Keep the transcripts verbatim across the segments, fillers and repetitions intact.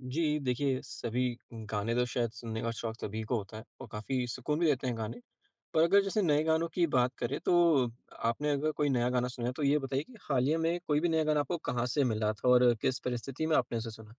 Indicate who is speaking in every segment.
Speaker 1: जी, देखिए सभी गाने तो शायद सुनने का शौक सभी को होता है और काफ़ी सुकून भी देते हैं गाने। पर अगर जैसे नए गानों की बात करें तो आपने अगर कोई नया गाना सुना है तो ये बताइए कि हालिया में कोई भी नया गाना आपको कहाँ से मिला था और किस परिस्थिति में आपने उसे सुना?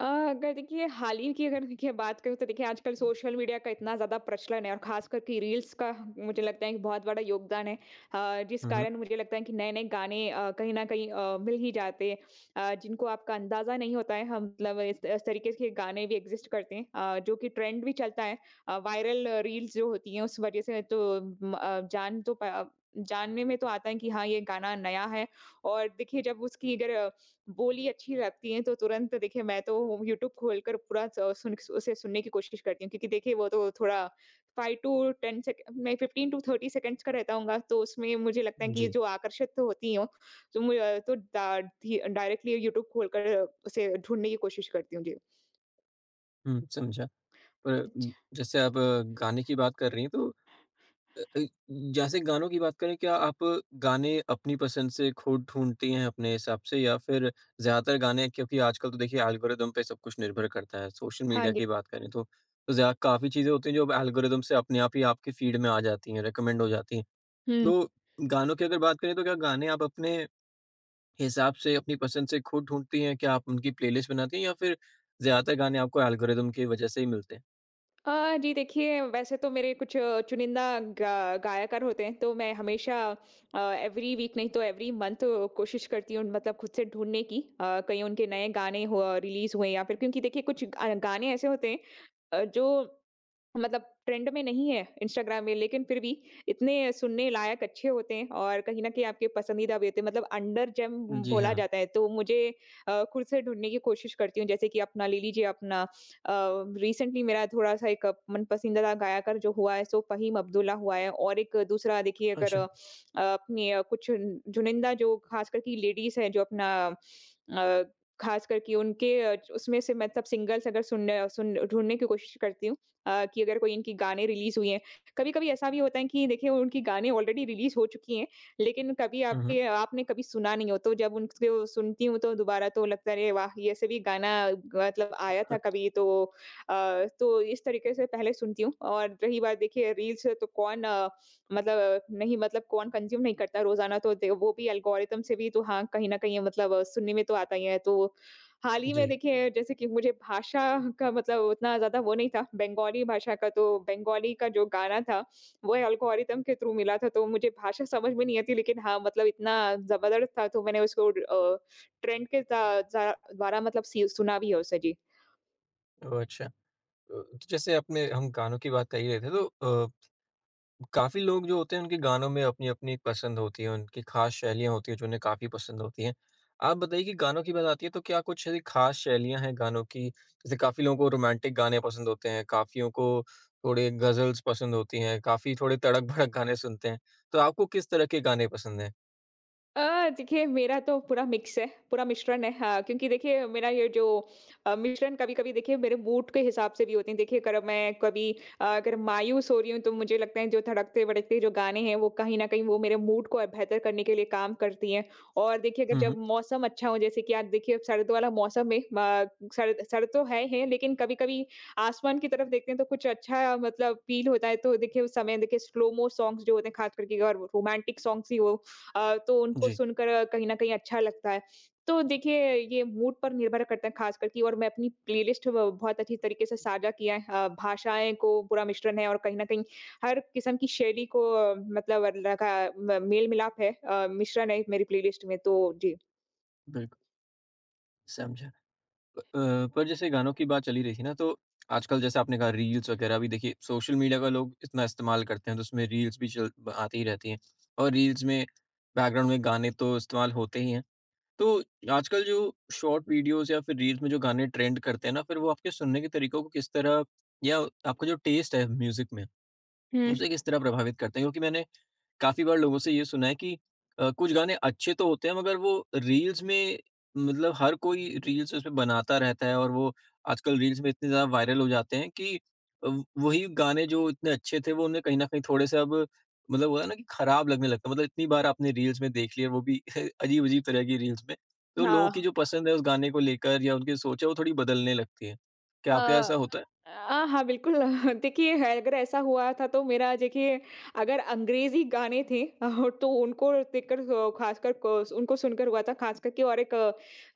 Speaker 2: अ, अगर देखिए हाल ही की अगर देखिए बात करूँ तो देखिए आजकल सोशल मीडिया का इतना ज़्यादा प्रचलन है और खास करके रील्स का मुझे लगता है कि बहुत बड़ा योगदान है। अ, जिस
Speaker 1: हुँ, हुँ।
Speaker 2: कारण मुझे लगता है कि नए नए गाने अ, कहीं न कहीं अ, मिल ही जाते हैं अ, जिनको आपका अंदाज़ा नहीं होता है, हम मतलब इस इस तरीके के गाने भी एग्ज़िस्ट करते हैं, अ, जो कि ट्रेंड भी चलता है अ, वायरल रील्स जो होती हैं उस वज़ह से। तो म अ, जान तो प जानने में तो आता है कि हाँ, ये गाना नया है। और देखिए जब उसकी अगर बोली अच्छी लगती है तो तुरंत देखिए मैं तो यूट्यूब खोलकर पूरा स सुन उसे सुनने की कोशिश करती हूँ, क्योंकि देखिए वो तो थोड़ा फ़ाइव टू टेन सेक मैं फ़िफ़्टीन टू थर्टी सेकंड्स का रहता होगा, तो उसमें मुझे लगता है कि
Speaker 1: जी।
Speaker 2: जो आकर्षित तो होती हूँ। तो मु अ, तो डा धी डायरेक्टली यूट्यूब खोलकर उसे ढूँढने की कोशिश करती हूँ। जी।
Speaker 1: हुँ, समझा। पर उम,
Speaker 2: अच्छा।
Speaker 1: जैसे आप अ, गाने की बात कर रही हैं तो अ अ, जैसे गानों की बात करें, क्या आप गाने अपनी पसंद से खुद ढूँढती हैं अपने हिसाब से या फिर ज़्यादातर गाने क्योंकि आजकल तो देखिए एल्गोरिदम पे सब कुछ निर्भर करता है, सोशल
Speaker 2: हाँ
Speaker 1: मीडिया
Speaker 2: जी।
Speaker 1: की बात करें तो, तो ज़्या काफ़ी चीज़ें होती हैं जो अब एल्गोरिदम से अपने आप ही आपके फीड में आ जाती हैं, रिकमेंड हो जाती हैं।
Speaker 2: हुँ।
Speaker 1: तो गानों की अगर बात करें तो क्या गाने आप अपने हिसाब से अपनी पसंद से खुद ढूँढती हैं? क्या आप उनकी प्लेलिस्ट बनाती हैं या फिर ज़्यादातर गाने आपको एल्गोरिदम की वजह से ही मिलते हैं?
Speaker 2: अ, जी देखिए, वैसे तो मेरे कुछ अ, चुनिंदा गा गायकार होते हैं, तो मैं हमेशा अ, एवरी वीक नहीं तो एवरी मंथ कोशिश करती हूँ, मतलब खुद से ढूँढने की अ, कहीं उनके नए गाने हो रिलीज़ हुए, या फिर क्योंकि देखिए कुछ अ, गाने ऐसे होते हैं अ, जो मतलब ट्रेंड में नहीं है इंस्टाग्राम में, लेकिन फिर भी इतने सुनने लायक अच्छे होते हैं और कहीं न कहीं आपके पसंदीदा भी होते हैं, मतलब अंडर जेम
Speaker 1: जी
Speaker 2: बोला
Speaker 1: हाँ।
Speaker 2: जाता है, तो मुझे अ, खुद से ढूँढने की कोशिश करती हूँ। जैसे कि अपना ले लीजिए अपना अ, रिसेंटली मेरा थोड़ा-सा एक मन पसंदीदा गायकर जो हुआ है, सो फ़हीम अब्दुल्ला हुआ है, और एक दूसरा देखिए अगर
Speaker 1: अच्छा।
Speaker 2: अ, अपनी अ, कुछ चुनिंदा जो ख़ासकर कि लेडीज़ हैं, जो अपना अ, ख़ासकर कि उनके अ, उसमें से मतलब सिंगर्स, अगर सुनने सुन ढूँढने की कोशिश करती हूँ अ, कि अगर कोई इनकी गाने रिलीज़ हुए हैं। कभी-कभी ऐसा भी होता है कि देखिए उनकी गाने ऑलरेडी रिलीज़ हो चुकी हैं, लेकिन कभी
Speaker 1: हुँ, हुँ।
Speaker 2: आपके आपने कभी सुना नहीं हो, तो जब उनसे वो सुनती हूँ तो दोबारा तो लगता है, अरे वाह! ऐसे भी गाना मतलब आया था कभी। तो अ, तो इस तरीके से पहले सुनती हूँ। और रही बात देखिए रील्स तो कौन अ, मतलब नहीं मतलब कौन कंज़्यूम नहीं करता रोज़ाना, तो दे वो भी एल्गोरिथम से भी तो हाँ, कहीं न कहीं मतलब अ, सुनने में तो आता ही है। तो हाल ही में
Speaker 1: जी।
Speaker 2: देखिए जैसे कि मुझे भाषा का मतलब उतना ज़्यादा वो नहीं था, बंगाली भाषा का। तो बंगाली का जो गाना था, वो एल्गोरिथम के थ्रू मिला था, तो मुझे भाषा समझ में नहीं आती, लेकिन हाँ, मतलब इतना ज़बरदस्त था तो मैंने उसको अ, ट्रेंड के दा जा द्वारा मतलब सी सुना भी है उसे। जी।
Speaker 1: ओह! अच्छा। अ, तो जैसे आपने हम गानों की बात कर ही रहे थे, तो अ, काफ़ी लोग जो होते हैं उनके गानों में अपनी-अपनी एक पसंद होती है, उनकी ख़ास शैलियाँ होती हैं जो उन्हें काफ़ी पसंद होती हैं। आप बताइए कि गानों की बात आती है तो क्या कुछ ऐसी ख़ास शैलियाँ हैं गानों की? जैसे काफ़ी लोगों को रोमांटिक गाने पसंद होते हैं, काफ़ियों को थोड़े गज़ल्स पसंद होती हैं, काफ़ी थोड़े तड़क-भड़क गाने सुनते हैं। तो आपको किस तरह के गाने पसंद हैं?
Speaker 2: अ, देखिए, मेरा तो पूरा मिक्स है, पूरा मिश्रण है, हाँ, क्योंकि देखिए मेरा ये जो अ, मिश्रण कभी-कभी देखिए मेरे मूड के हिसाब से भी होते हैं। देखिए अगर मैं कभी अ, अगर मायूस हो रही हूँ तो मुझे लगता है जो धड़कते-भड़कते जो गाने हैं वो कहीं न कहीं वो मेरे मूड को बेहतर करने के लिए काम करती हैं। और देखिए अगर
Speaker 1: हुँ,
Speaker 2: जब
Speaker 1: हुँ।
Speaker 2: मौसम अच्छा हो, जैसे कि आज देखिए अब सर्द वाला मौसम है, म सर्द सर्द तो है ही है, लेकिन कभी-कभी आसमान की तरफ देखते हैं तो कुछ अच्छा मतलब फ़ील होता है। तो देखिए उस समय देखिए स्लो-मो सॉन्ग्स जो होते हैं ख़ास करके, और रोमांटिक सॉन्ग्स ही हो अ, तो उनको
Speaker 1: जी।
Speaker 2: सुनकर कहीं न कहीं अच्छा लगता है। तो देखिए, ये मूड पर निर्भर करता है ख़ासकर कि, और मैं अपनी प्लेलिस्ट ब बहुत अच्छी तरीके से साझा किया है। अ, भाषाएँ को पूरा मिश्रण है और कहीं न कहीं हर किस्म की शैली को अ, मतलब लगा म मेल-मिलाप है, अ, मिश्रण है मेरी प्लेलिस्ट में। तो जी।
Speaker 1: बिल्कुल, समझा। अ, पर जैसे गानों की बात चली रही थी ना, तो आजकल जैसे आपने कहा रील्स वगैरह भी देखिए सोशल मीडिया का लोग इतना इस्तेमाल करते हैं, तो उसमें रील्स भी चल आती ही रहती हैं और रील्स में बैकग्राउंड में गाने तो इस्तेमाल होते ही हैं। तो आजकल जो शॉर्ट वीडियोज़ या फिर रील्स में जो गाने ट्रेंड करते हैं ना, फिर वो आपके सुनने के तरीकों को किस तरह या आपका जो टेस्ट है म्यूज़िक में,
Speaker 2: हुँ।
Speaker 1: उसे किस तरह प्रभावित करते हैं? क्योंकि मैंने काफ़ी बार लोगों से ये सुना है कि अ, कुछ गाने अच्छे तो होते हैं मगर वो रील्स में मतलब हर कोई रील्स उसमें बनाता रहता है और वो आजकल रील्स में इतने ज़्यादा वायरल हो जाते हैं कि अ, वही गाने जो इतने अच्छे थे वो उन्हें कहीं न कहीं थोड़े से अब मतलब होता है ना कि खराब लगने लगता है। मतलब इतनी बार आपने रील्स में देख लिया वो भी अजीब-अजीब तरह की रील्स में। तो लोगों की
Speaker 2: हाँ।
Speaker 1: जो पसंद है उस गाने को लेकर या उनकी सोच है वो थोड़ी बदलने लगती है। क्या
Speaker 2: अ
Speaker 1: आपके साथ ऐसा होता है?
Speaker 2: अ, हाँ, बिल्कुल। देखिए अगर ऐसा हुआ था तो मेरा देखिए अगर अंग्रेज़ी गाने थे अ, तो उनको देखकर अ, ख़ासकर क उनको सुनकर हुआ था ख़ास करके। और एक अ,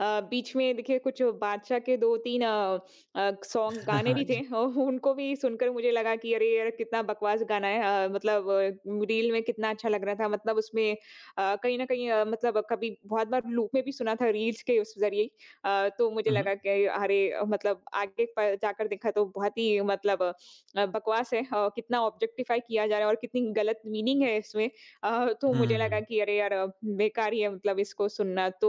Speaker 2: अ, बीच में देखिए कुछ बादशाह के दो तीन अ अ, सॉन्ग गाने
Speaker 1: हाँ
Speaker 2: भी थे।
Speaker 1: जी।
Speaker 2: अ, उनको भी सुनकर मुझे लगा कि अरे यार! कितना बकवास गाना है! अ, मतलब अ, रील में कितना अच्छा लग रहा था, मतलब उसमें अ, कहीं न कहीं अ, मतलब कभी बहुत बार लूप में भी सुना था रील्स के उस ज़रिए। अ, तो मुझे
Speaker 1: हुँ, हुँ।
Speaker 2: लगा कि अरे, अ, मतलब आगे प जाकर देखा तो बहुत ही मतलब अ, बकवास है, अ, कितना ऑब्जेक्टिफाई किया जा रहा है और कितनी गलत मीनिंग है इसमें। अ, तो मुझे लगा
Speaker 1: हुँ।
Speaker 2: कि अरे यार, अ, बेकार ही है मतलब इसको सुनना। तो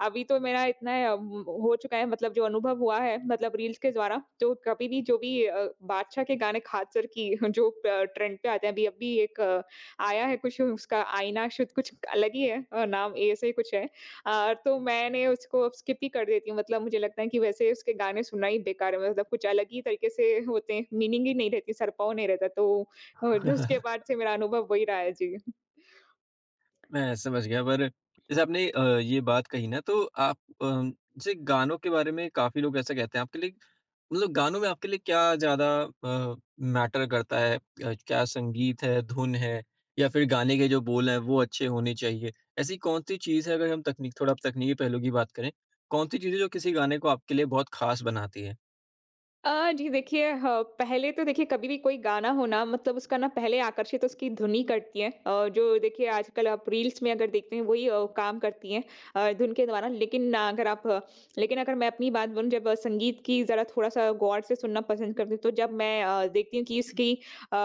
Speaker 2: अभी तो मेरा इतना अ, म, हो चुका है, मतलब जो अनुभव हुआ है मतलब रील्स के द्वारा, तो कभी भी जो भी अ, बादशाह के गाने खासकर कि जो अ, ट्रेंड पे आते हैं। अभी अभी एक अ, आया है कुछ, उसका आईना शुद कुछ अलग ही है, अ, नाम ऐसे ही कुछ है। अ, तो मैंने उसको अब स्किप ही कर देती हूँ, मतलब मुझे लगता है कि वैसे उसके गाने सुनना ही बेकार है, मतलब कुछ अलग ही तरीके से होते हैं, मीनिंग ही नहीं रहती, सर पाँव नहीं रहता। तो अ, उसके बाद से मेरा अनुभव वही रहा है। जी।
Speaker 1: मैं समझ गया पर जैसे आपने अ, ये बात कही ना तो आप अम, जैसे गानों के बारे में काफी लोग ऐसा कहते हैं आपके लिए मतलब गानों में आपके लिए क्या ज्यादा मैटर करता है अ, क्या संगीत है धुन है या फिर गाने के जो बोल हैं वो अच्छे होने चाहिए ऐसी कौन सी चीज है अगर हम तकनीक थोड़ा तकनीकी पहलू की बात करें कौन सी चीजें जो किसी गाने को आपके लिए बहुत खास बनाती है।
Speaker 2: अ, जी देखिए, ह पहले तो देखिए कभी भी कोई गाना हो ना, मतलब उसका ना पहले आकर्षित तो उसकी धुनी करती है। अ, जो देखिए आजकल आप रील्स में अगर देखते हैं वही अ, काम करती हैं अ, धुन के द्वारा। लेकिन अ, अगर आप अ, लेकिन अगर मैं अपनी बात बोलूँ, जब अ, संगीत की ज़रा थोड़ा-सा गौर से सुनना पसंद करती हूँ, तो जब मैं अ, देखती हूँ कि इसकी अ,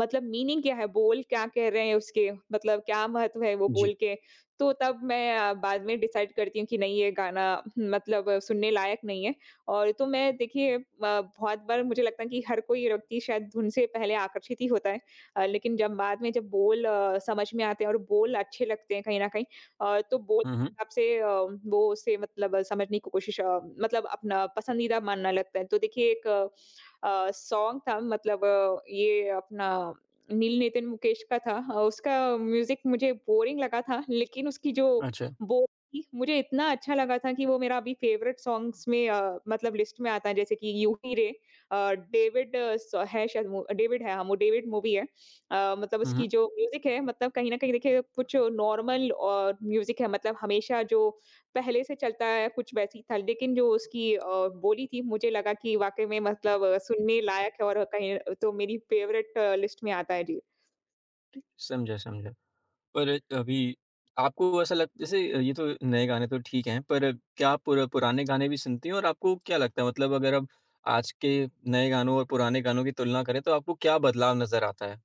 Speaker 2: मतलब मीनिंग क्या है, बोल क्या कह रहे हैं उसके, मतलब क्या महत्व है वो
Speaker 1: जी।
Speaker 2: बोल के, तो तब मैं अ, बाद में डिसाइड करती हूँ कि नहीं, ये गाना मतलब अ, सुनने लायक नहीं है। और तो मैं देखिए अ, बहुत बार मुझे लगता है कि हर कोई व्यक्ति शायद धुन से पहले आकर्षित ही होता है, अ, लेकिन जब बाद में जब बोल अ, समझ में आते हैं और बोल अच्छे लगते हैं कहीं न कहीं, अ, तो बोल
Speaker 1: हम्म, हम्म।
Speaker 2: आपसे अ, वो उसे मतलब अ, समझने की कोशिश अ, मतलब अपना पसंदीदा मानना लगता है। तो देखिए एक अ, सॉन्ग था, मतलब अ, ये अपना नील नितिन मुकेश का था। अ, उसका म्यूज़िक मुझे बोरिंग लगा था, लेकिन उसकी जो
Speaker 1: अच्छा।
Speaker 2: बो थी, मुझे इतना अच्छा लगा था कि वो मेरा अभी फ़ेवरेट सॉन्ग्स में अ, मतलब लिस्ट में आता है, जैसे कि यूं ही रे। अ, डेविड अ, स है शायद वो डेविड है, हाँ, वो डेविड मूवी है। अ, मतलब
Speaker 1: हम्म,
Speaker 2: उसकी
Speaker 1: हम्म।
Speaker 2: जो म्यूज़िक है, मतलब कहीं न कहीं देखिए कुछ नॉर्मल और म्यूज़िक है, मतलब हमेशा जो पहले से चलता है कुछ वैसे ही था, लेकिन जो उसकी अ, बोली थी मुझे लगा कि वाक़ई में मतलब अ, सुनने लायक है, और कहीं तो मेरी फ़ेवरेट लिस्ट में आता है। जी।
Speaker 1: समझा, समझा। पर अभी आपको ऐसा लग जैसे ये तो नए गाने तो ठीक हैं, पर क्या आप पुर पुराने गाने भी सुनती हैं और आपको क्या लगता है मतलब अगर आप आज के नए गानों और पुराने गानों की तुलना करें, तो आपको क्या बदलाव नज़र आता है?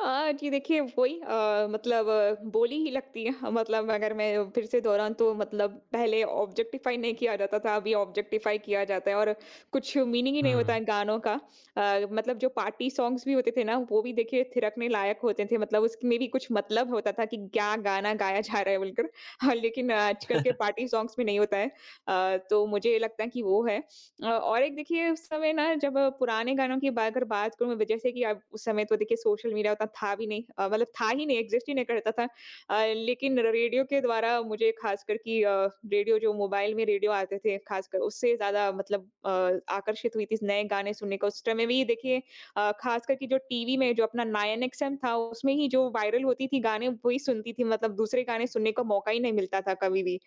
Speaker 2: हाँ, जी देखिए वही अ, मतलब अ, बोली ही लगती है, अ, मतलब अगर मैं फिर से दोहराऊँ तो मतलब पहले ऑब्जेक्टिफ़ाई नहीं किया जाता था, अभी ऑब्जेक्टिफ़ाई किया जाता है, और कुछ मीनिंग ही नहीं होता
Speaker 1: हुँ।
Speaker 2: है गानों का। अ, मतलब जो पार्टी सॉन्ग्स भी होते थे ना, वो भी देखिए थिरकने लायक होते थे, मतलब उसमें भी कुछ मतलब होता था कि क्या गाना गाया जा रहा है बोलकर। हाँ, लेकिन आजकल के पार्टी सॉन्ग्स में नहीं होता है। अ, तो मुझे लगता है कि वो है। अ, और एक देखिए उस समय ना जब अ, पुराने गानों की बा अगर बात करूँ मैं, जैसे कि अब उस समय तो देखिए सोशल मीडिया उतना था भी नहीं, अ, मतलब था ही नहीं, एग्ज़िस्ट ही नहीं करता था। अ, लेकिन रेडियो के द्वारा मुझे ख़ासकर कि अ, रेडियो जो मोबाइल में रेडियो आते थे ख़ासकर उससे ज़्यादा, मतलब अ, आकर्षित हुई थी नए गाने सुनने को। उस समय भी देखिए अ, ख़ासकर कि जो टीवी में जो अपना नाइन एक्स एम था, उसमें ही जो वायरल होती थी गाने वही सुनती थी, मतलब दूसरे गाने सुनने का मौका ही नहीं मिलता था कभी भी।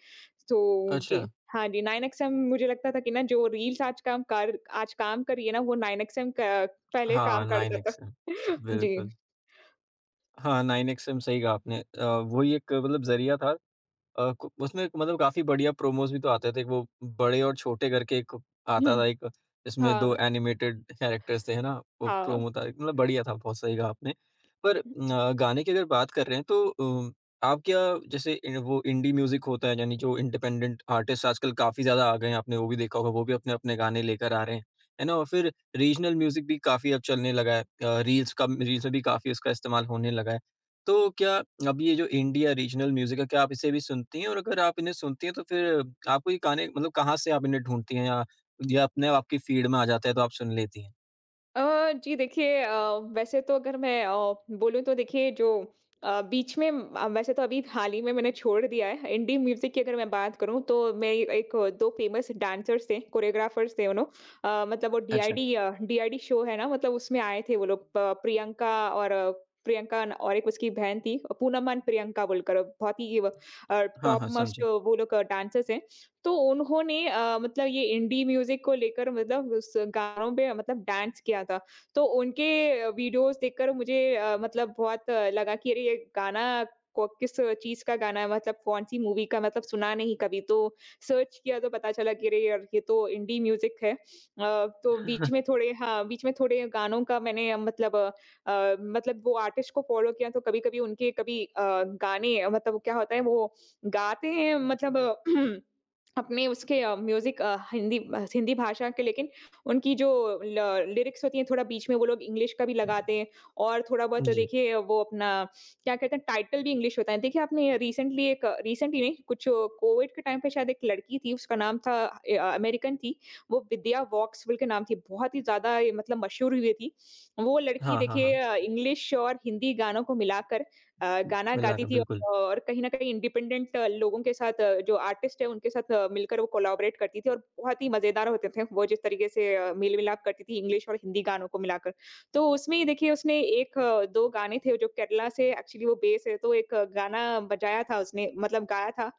Speaker 2: तो
Speaker 1: अच्छा।
Speaker 2: जी। हाँ जी, नाइन एक्स एम मुझे लगता था कि ना जो रील्स आज काम कर आज काम कर रही है ना, वो नाइन एक्स एम क पहले काम
Speaker 1: हाँ,
Speaker 2: करता था।
Speaker 1: नाइन एक्स एम
Speaker 2: जी।
Speaker 1: बिल्कुल। हाँ, नाइन एक्स एम सही कहा आपने। अ, वही एक मतलब ज़रिया था अ, कु उसमें मतलब काफ़ी बढ़िया प्रोमोज़ भी तो आते थे, एक वो बड़े और छोटे करके एक
Speaker 2: हुँ।
Speaker 1: आता था एक, जिसमें दो
Speaker 2: हाँ,
Speaker 1: एनिमेटेड कैरेक्टर्स थे, है ना? वो
Speaker 2: हाँ।
Speaker 1: प्रोमो था एक मतलब बढ़िया था, बहुत सही कहा आपने। पर अ, गाने की अगर बात कर रहे हैं तो अ, आप क्या जैसे इन वो इंडी म्यूज़िक होता है यानी जो इंडिपेंडेंट आर्टिस्ट आजकल काफ़ी ज़्यादा आ गए हैं, आपने वो भी देखा होगा, वो भी अपने-अपने गाने लेकर आ रहे हैं, है ना? और फिर रीजनल म्यूज़िक भी काफ़ी अब चलने लगा है। अ, रील्स का रील्स में भी काफ़ी उसका इस्तेमाल होने लगा है। तो क्या अब ये जो इंडिया रीजनल म्यूज़िक है, क्या आप इसे भी सुनती हैं? और अगर आप इन्हें सुनती हैं तो फिर आपको ये गाने मतलब कहाँ से आप इन्हें ढूँढती हैं या ये अपने आप आपकी फ़ीड में आ जाता है तो आप सुन लेती हैं?
Speaker 2: अ, जी देखिए, अ, वैसे तो अगर मैं अ, बोलूँ तो देखिए जो अ, बीच में अ, वैसे तो अभी हाल ही में मैंने छोड़ दिया है। इंडी म्यूज़िक की अगर मैं बात करूँ तो मेरी एक दो फ़ेमस डांसर्स थे, कोरियोग्राफ़र्स थे वो लोग। अ, मतलब वो
Speaker 1: अच्छा।
Speaker 2: डीआईडी अ, डीआईडी शो है ना, मतलब उसमें आए थे वो लोग, प प्रियंका और अ, प्रियंका न और एक उसकी बहन थी, पूनम एंड प्रियंका बोलकर, बहुत ही अ,
Speaker 1: हाँ,
Speaker 2: टॉप
Speaker 1: हाँ,
Speaker 2: मोस्ट
Speaker 1: समझा।
Speaker 2: वो लोग डांसर्स हैं। तो उन्होंने अ, मतलब ये इंडी म्यूज़िक को लेकर, मतलब उस गानों पे मतलब डांस किया था। तो उनके वीडियोज़ देखकर मुझे अ, मतलब बहुत अ, लगा कि अरे ये गाना को किस चीज़ का गाना है, मतलब कौन-सी मूवी का, मतलब सुना नहीं कभी। तो सर्च किया तो पता चला कि अरे यार ये तो इंडी म्यूज़िक है। अ, तो बीच में थोड़े, हाँ, बीच में थोड़े गानों का मैंने अ, मतलब अ, अ, मतलब वो आर्टिस्ट को फ़ॉलो किया, तो कभी-कभी उनके कभी अ, गाने अ, मतलब क्या होता है वो गाते हैं, मतलब अ, अपने उसके अ, म्यूज़िक अ, हिंदी अ, हिंदी भाषा के, लेकिन उनकी जो ल लिरिक्स होती हैं, थोड़ा बीच में वो लोग इंग्लिश का भी लगाते हैं, और थोड़ा बहुत तो
Speaker 1: जी।
Speaker 2: देखिए वो अपना क्या कहते हैं टाइटल भी इंग्लिश होता है। देखिए आपने रिसेंटली एक रिसेंटली नहीं, कुछ कोविड के टाइम पे शायद, एक लड़की थी, उसका नाम था ए अ, अमेरिकन थी, वो विद्या वॉक्सवेल के नाम थी, बहुत ही ज़्यादा ये मतलब मशहूर हुई थी। वो लड़की
Speaker 1: हाँ, हाँ,
Speaker 2: देखिए
Speaker 1: हाँ।
Speaker 2: अ, इंग्लिश और हिंदी गानों को मिलाकर अ, गाना गाती
Speaker 1: मिलाकर
Speaker 2: थी,
Speaker 1: बिल्कुल।
Speaker 2: और कहीं न कहीं इंडिपेंडेंट लोगों के साथ अ, जो आर्टिस्ट है उनके साथ अ, मिलकर वो कोलैबोरेट करती थी, और बहुत ही मज़ेदार होते थे वो जिस तरीके से अ, मेल-मिलाप करती थी इंग्लिश और हिंदी गानों को मिलाकर। तो उसमें ही देखिए उसने एक दो गाने थे जो केरला से एक्चुअली वो बेस है, तो एक अ, गाना बजाया था उसने, मतलब गाया था।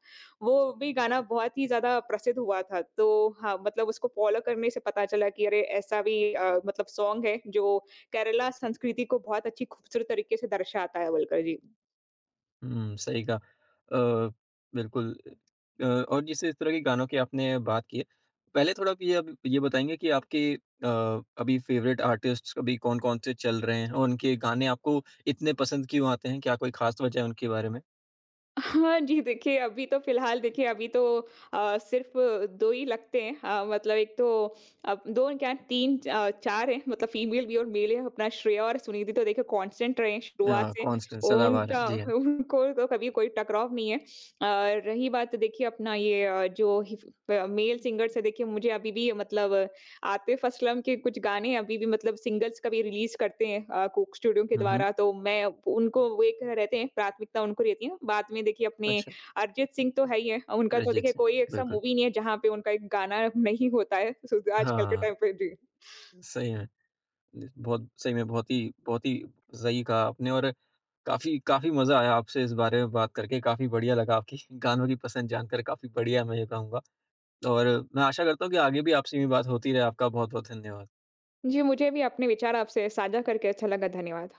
Speaker 2: वो भी गाना बहुत ही ज़्यादा प्रसिद्ध हुआ था। तो हाँ, मतलब उसको फ़ॉलो करने से पता चला कि अरे ऐसा भी अ, मतलब सॉन्ग है जो केरला संस्कृति को बहुत अच्छी खूबसूरत तरीके से दर्शाता है बोलकर। जी।
Speaker 1: हुँ, सही कहा। अ, बिल्कुल। अ, और जैसे इस तरह के गानों की आपने बात की है, पहले थोड़ा आप ये अब ये बताएँगे कि आपके अ, अभी फ़ेवरेट आर्टिस्ट्स अभी कौन-कौन से चल रहे हैं? और उनके गाने आपको इतने पसंद क्यों आते हैं? क्या कोई ख़ास वजह है उनके बारे में?
Speaker 2: हाँ जी, देखिए अभी तो फ़िलहाल देखिए अभी तो अ, सिर्फ़ दो ही लगते हैं। अ, मतलब एक तो अब दो क्या तीन अ, चार हैं, मतलब फ़ीमेल भी और मेल है। अपना श्रेया और सुनिधि तो देखिए कांस्टेंट रहे हैं
Speaker 1: अ,
Speaker 2: शुरुआत से।
Speaker 1: कौन स सदाबहार हैं?
Speaker 2: उनका
Speaker 1: जी हाँ।
Speaker 2: उनको तो कभी कोई टकराव नहीं है। और रही बात देखिए अपना ये अ, जो हि प मेल सिंगर्स है, देखिए मुझे अभी भी मतलब आतिफ असलम के कुछ गाने अभी भी मतलब सिंगल्स कभी रिलीज़ करते हैं अ, कोक स्टूडियो के
Speaker 1: हुँ, हुँ।
Speaker 2: द्वारा, तो मैं उनको वो एक रहते हैं, प्राथमिकता उनको रहती है। बाद में देखिए अपने
Speaker 1: अच्छा,
Speaker 2: अरिजीत सिंह तो है ही है, उनका तो
Speaker 1: अरिजीत
Speaker 2: देखिए
Speaker 1: सिंह,
Speaker 2: कोई ऐसा
Speaker 1: बिल्कुल।
Speaker 2: मूवी नहीं है जहाँ पे उनका एक गाना नहीं होता है सु आजकल के
Speaker 1: हाँ,
Speaker 2: टाइम पे। जी।
Speaker 1: सही में। निस बहुत सही में बहुत ही बहुत ही सही कहा आपने और काफ़ी काफ़ी मज़ा आया आपसे इस बारे में बात करके, काफ़ी बढ़िया लगा आपकी गानों की पसंद जानकर काफ़ी बढ़िया मैं ये कहूँगा और मैं आशा करता हूँ कि आगे भी आपसे यूँ ही बात होती रहे। आपका बहुत-बहुत धन्यवाद।
Speaker 2: जी, मुझे भी अपने विचार आपसे साझा करके अच्छा लगा। धन्यवाद।